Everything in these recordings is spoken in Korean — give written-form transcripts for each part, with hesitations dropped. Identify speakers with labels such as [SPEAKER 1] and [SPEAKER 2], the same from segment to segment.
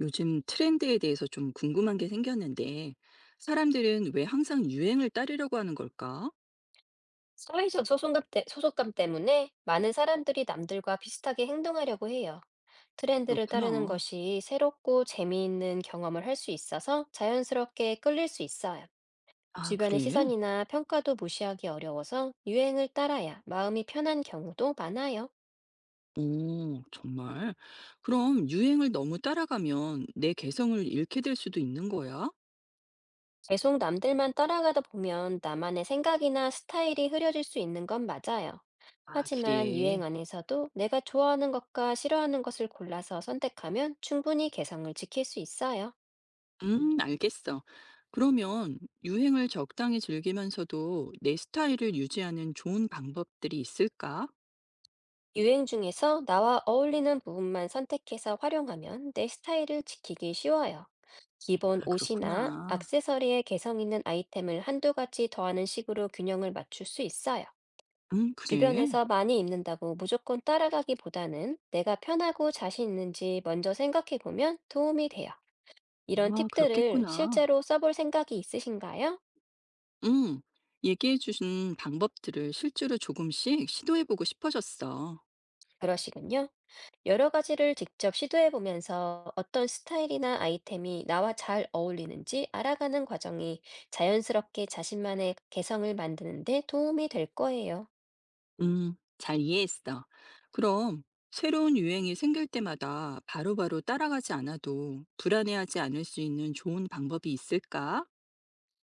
[SPEAKER 1] 요즘 트렌드에 대해서 좀 궁금한 게 생겼는데, 사람들은 왜 항상 유행을 따르려고 하는 걸까?
[SPEAKER 2] 사회적 소속감, 소속감 때문에 많은 사람들이 남들과 비슷하게 행동하려고 해요. 트렌드를 따르는
[SPEAKER 1] 그렇구나.
[SPEAKER 2] 것이 새롭고 재미있는 경험을 할 수 있어서 자연스럽게 끌릴 수 있어요.
[SPEAKER 1] 아,
[SPEAKER 2] 주변의
[SPEAKER 1] 그래?
[SPEAKER 2] 시선이나 평가도 무시하기 어려워서 유행을 따라야 마음이 편한 경우도 많아요.
[SPEAKER 1] 오, 정말. 그럼 유행을 너무 따라가면 내 개성을 잃게 될 수도 있는 거야?
[SPEAKER 2] 계속 남들만 따라가다 보면 나만의 생각이나 스타일이 흐려질 수 있는 건 맞아요.
[SPEAKER 1] 아,
[SPEAKER 2] 하지만
[SPEAKER 1] 그래.
[SPEAKER 2] 유행 안에서도 내가 좋아하는 것과 싫어하는 것을 골라서 선택하면 충분히 개성을 지킬 수 있어요.
[SPEAKER 1] 알겠어. 그러면 유행을 적당히 즐기면서도 내 스타일을 유지하는 좋은 방법들이 있을까?
[SPEAKER 2] 유행 중에서 나와 어울리는 부분만 선택해서 활용하면 내 스타일을 지키기 쉬워요. 기본
[SPEAKER 1] 아,
[SPEAKER 2] 옷이나
[SPEAKER 1] 그렇구나.
[SPEAKER 2] 액세서리에 개성 있는 아이템을 한두 가지 더하는 식으로 균형을 맞출 수 있어요.
[SPEAKER 1] 그래.
[SPEAKER 2] 주변에서 많이 입는다고 무조건 따라가기보다는 내가 편하고 자신 있는지 먼저 생각해 보면 도움이 돼요. 이런
[SPEAKER 1] 아,
[SPEAKER 2] 팁들을
[SPEAKER 1] 그렇겠구나.
[SPEAKER 2] 실제로 써볼 생각이 있으신가요?
[SPEAKER 1] 음, 얘기해 주신 방법들을 실제로 조금씩 시도해 보고 싶어졌어.
[SPEAKER 2] 그러시군요. 여러 가지를 직접 시도해 보면서 어떤 스타일이나 아이템이 나와 잘 어울리는지 알아가는 과정이 자연스럽게 자신만의 개성을 만드는 데 도움이 될 거예요.
[SPEAKER 1] 잘 이해했어. 그럼 새로운 유행이 생길 때마다 바로바로 따라가지 않아도 불안해하지 않을 수 있는 좋은 방법이 있을까?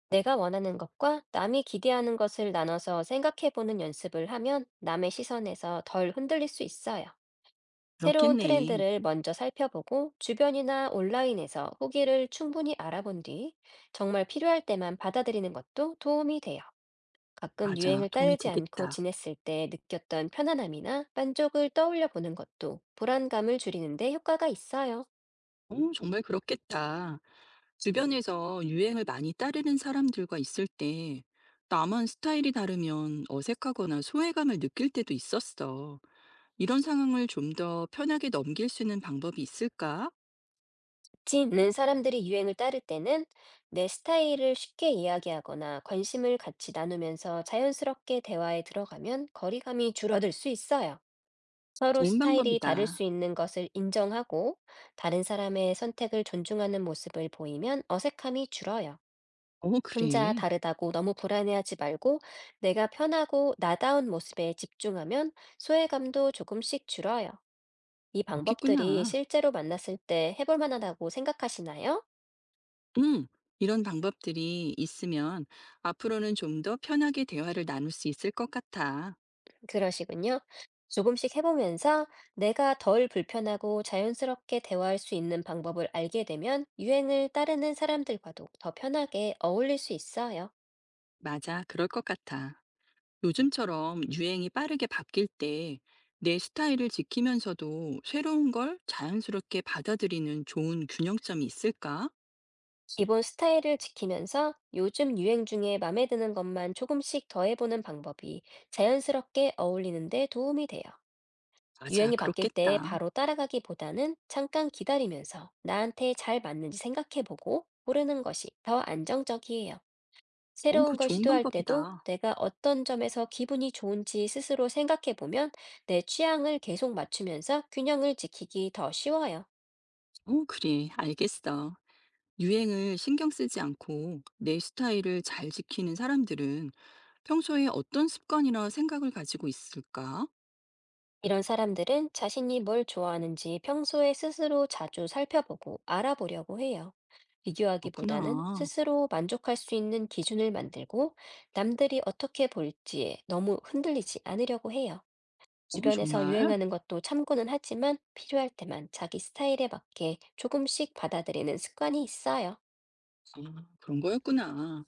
[SPEAKER 2] 내가 원하는 것과 남이 기대하는 것을 나눠서 생각해 보는 연습을 하면 남의 시선에서 덜 흔들릴 수 있어요. 새로운
[SPEAKER 1] 그렇겠네.
[SPEAKER 2] 트렌드를 먼저 살펴보고 주변이나 온라인에서 후기를 충분히 알아본 뒤 정말 필요할 때만 받아들이는 것도 도움이 돼요. 가끔
[SPEAKER 1] 맞아.
[SPEAKER 2] 유행을
[SPEAKER 1] 도움이
[SPEAKER 2] 따르지 않고
[SPEAKER 1] 되겠다.
[SPEAKER 2] 지냈을 때 느꼈던 편안함이나 만족을 떠올려 보는 것도 불안감을 줄이는데 효과가 있어요.
[SPEAKER 1] 어, 정말 그렇겠다. 주변에서 유행을 많이 따르는 사람들과 있을 때 나만 스타일이 다르면 어색하거나 소외감을 느낄 때도 있었어. 이런 상황을 좀 더 편하게 넘길 수 있는 방법이 있을까?
[SPEAKER 2] 같 있는 사람들이 유행을 따를 때는 내 스타일을 쉽게 이야기하거나 관심을 같이 나누면서 자연스럽게 대화에 들어가면 거리감이 줄어들 수 있어요. 서로
[SPEAKER 1] 좋은
[SPEAKER 2] 스타일이 다를 수
[SPEAKER 1] 방법이다.
[SPEAKER 2] 있는 것을 인정하고 다른 사람의 선택을 존중하는 모습을 보이면 어색함이 줄어요.
[SPEAKER 1] 어,
[SPEAKER 2] 혼자
[SPEAKER 1] 그래.
[SPEAKER 2] 다르다고 너무 불안해하지 말고 내가 편하고 나다운 모습에 집중하면 소외감도 조금씩 줄어요. 이 방법들이
[SPEAKER 1] 그렇겠구나.
[SPEAKER 2] 실제로 만났을 때 해볼 만하다고 생각하시나요?
[SPEAKER 1] 응. 이런 방법들이 있으면 앞으로는 좀 더 편하게 대화를 나눌 수 있을 것 같아.
[SPEAKER 2] 그러시군요. 조금씩 해보면서 내가 덜 불편하고 자연스럽게 대화할 수 있는 방법을 알게 되면 유행을 따르는 사람들과도 더 편하게 어울릴 수 있어요.
[SPEAKER 1] 맞아. 그럴 것 같아. 요즘처럼 유행이 빠르게 바뀔 때 내 스타일을 지키면서도 새로운 걸 자연스럽게 받아들이는 좋은 균형점이 있을까?
[SPEAKER 2] 기본 스타일을 지키면서 요즘 유행 중에 마음에 드는 것만 조금씩 더해보는 방법이 자연스럽게 어울리는 데 도움이 돼요.
[SPEAKER 1] 맞아.
[SPEAKER 2] 유행이 바뀔 때
[SPEAKER 1] 그렇겠다.
[SPEAKER 2] 바로 따라가기보다는 잠깐 기다리면서 나한테 잘 맞는지 생각해보고 고르는 것이 더 안정적이에요.
[SPEAKER 1] 어,
[SPEAKER 2] 새로운
[SPEAKER 1] 그
[SPEAKER 2] 걸
[SPEAKER 1] 좋은
[SPEAKER 2] 시도할 때도
[SPEAKER 1] 방법이다.
[SPEAKER 2] 내가 어떤 점에서 기분이 좋은지 스스로 생각해보면 내 취향을 계속 맞추면서 균형을 지키기 더 쉬워요.
[SPEAKER 1] 어, 그래. 알겠어. 유행을 신경 쓰지 않고 내 스타일을 잘 지키는 사람들은 평소에 어떤 습관이나 생각을 가지고 있을까?
[SPEAKER 2] 이런 사람들은 자신이 뭘 좋아하는지 평소에 스스로 자주 살펴보고 알아보려고 해요. 비교하기보다는
[SPEAKER 1] 그렇구나.
[SPEAKER 2] 스스로 만족할 수 있는 기준을 만들고 남들이 어떻게 볼지에 너무 흔들리지 않으려고 해요.
[SPEAKER 1] 어,
[SPEAKER 2] 주변에서
[SPEAKER 1] 정말?
[SPEAKER 2] 유행하는 것도 참고는 하지만 필요할 때만 자기 스타일에 맞게 조금씩 받아들이는 습관이 있어요.
[SPEAKER 1] 아, 그런 거였구나.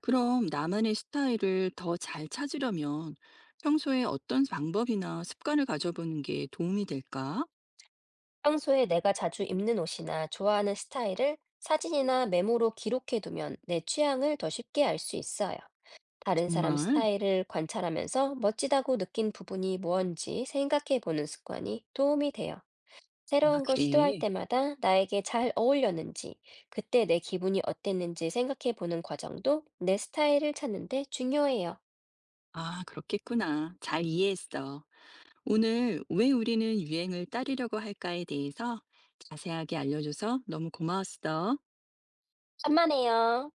[SPEAKER 1] 그럼 나만의 스타일을 더 잘 찾으려면 평소에 어떤 방법이나 습관을 가져보는 게 도움이 될까?
[SPEAKER 2] 평소에 내가 자주 입는 옷이나 좋아하는 스타일을 사진이나 메모로 기록해두면 내 취향을 더 쉽게 알 수 있어요. 다른 사람
[SPEAKER 1] 정말?
[SPEAKER 2] 스타일을 관찰하면서 멋지다고 느낀 부분이 뭔지 생각해 보는 습관이 도움이 돼요.
[SPEAKER 1] 아,
[SPEAKER 2] 새로운 걸 시도할
[SPEAKER 1] 그래.
[SPEAKER 2] 때마다 나에게 잘 어울렸는지, 그때 내 기분이 어땠는지 생각해 보는 과정도 내 스타일을 찾는 데 중요해요.
[SPEAKER 1] 아, 그렇겠구나. 잘 이해했어. 오늘 왜 우리는 유행을 따르려고 할까에 대해서 자세하게 알려줘서 너무 고마웠어.
[SPEAKER 2] 천만에요.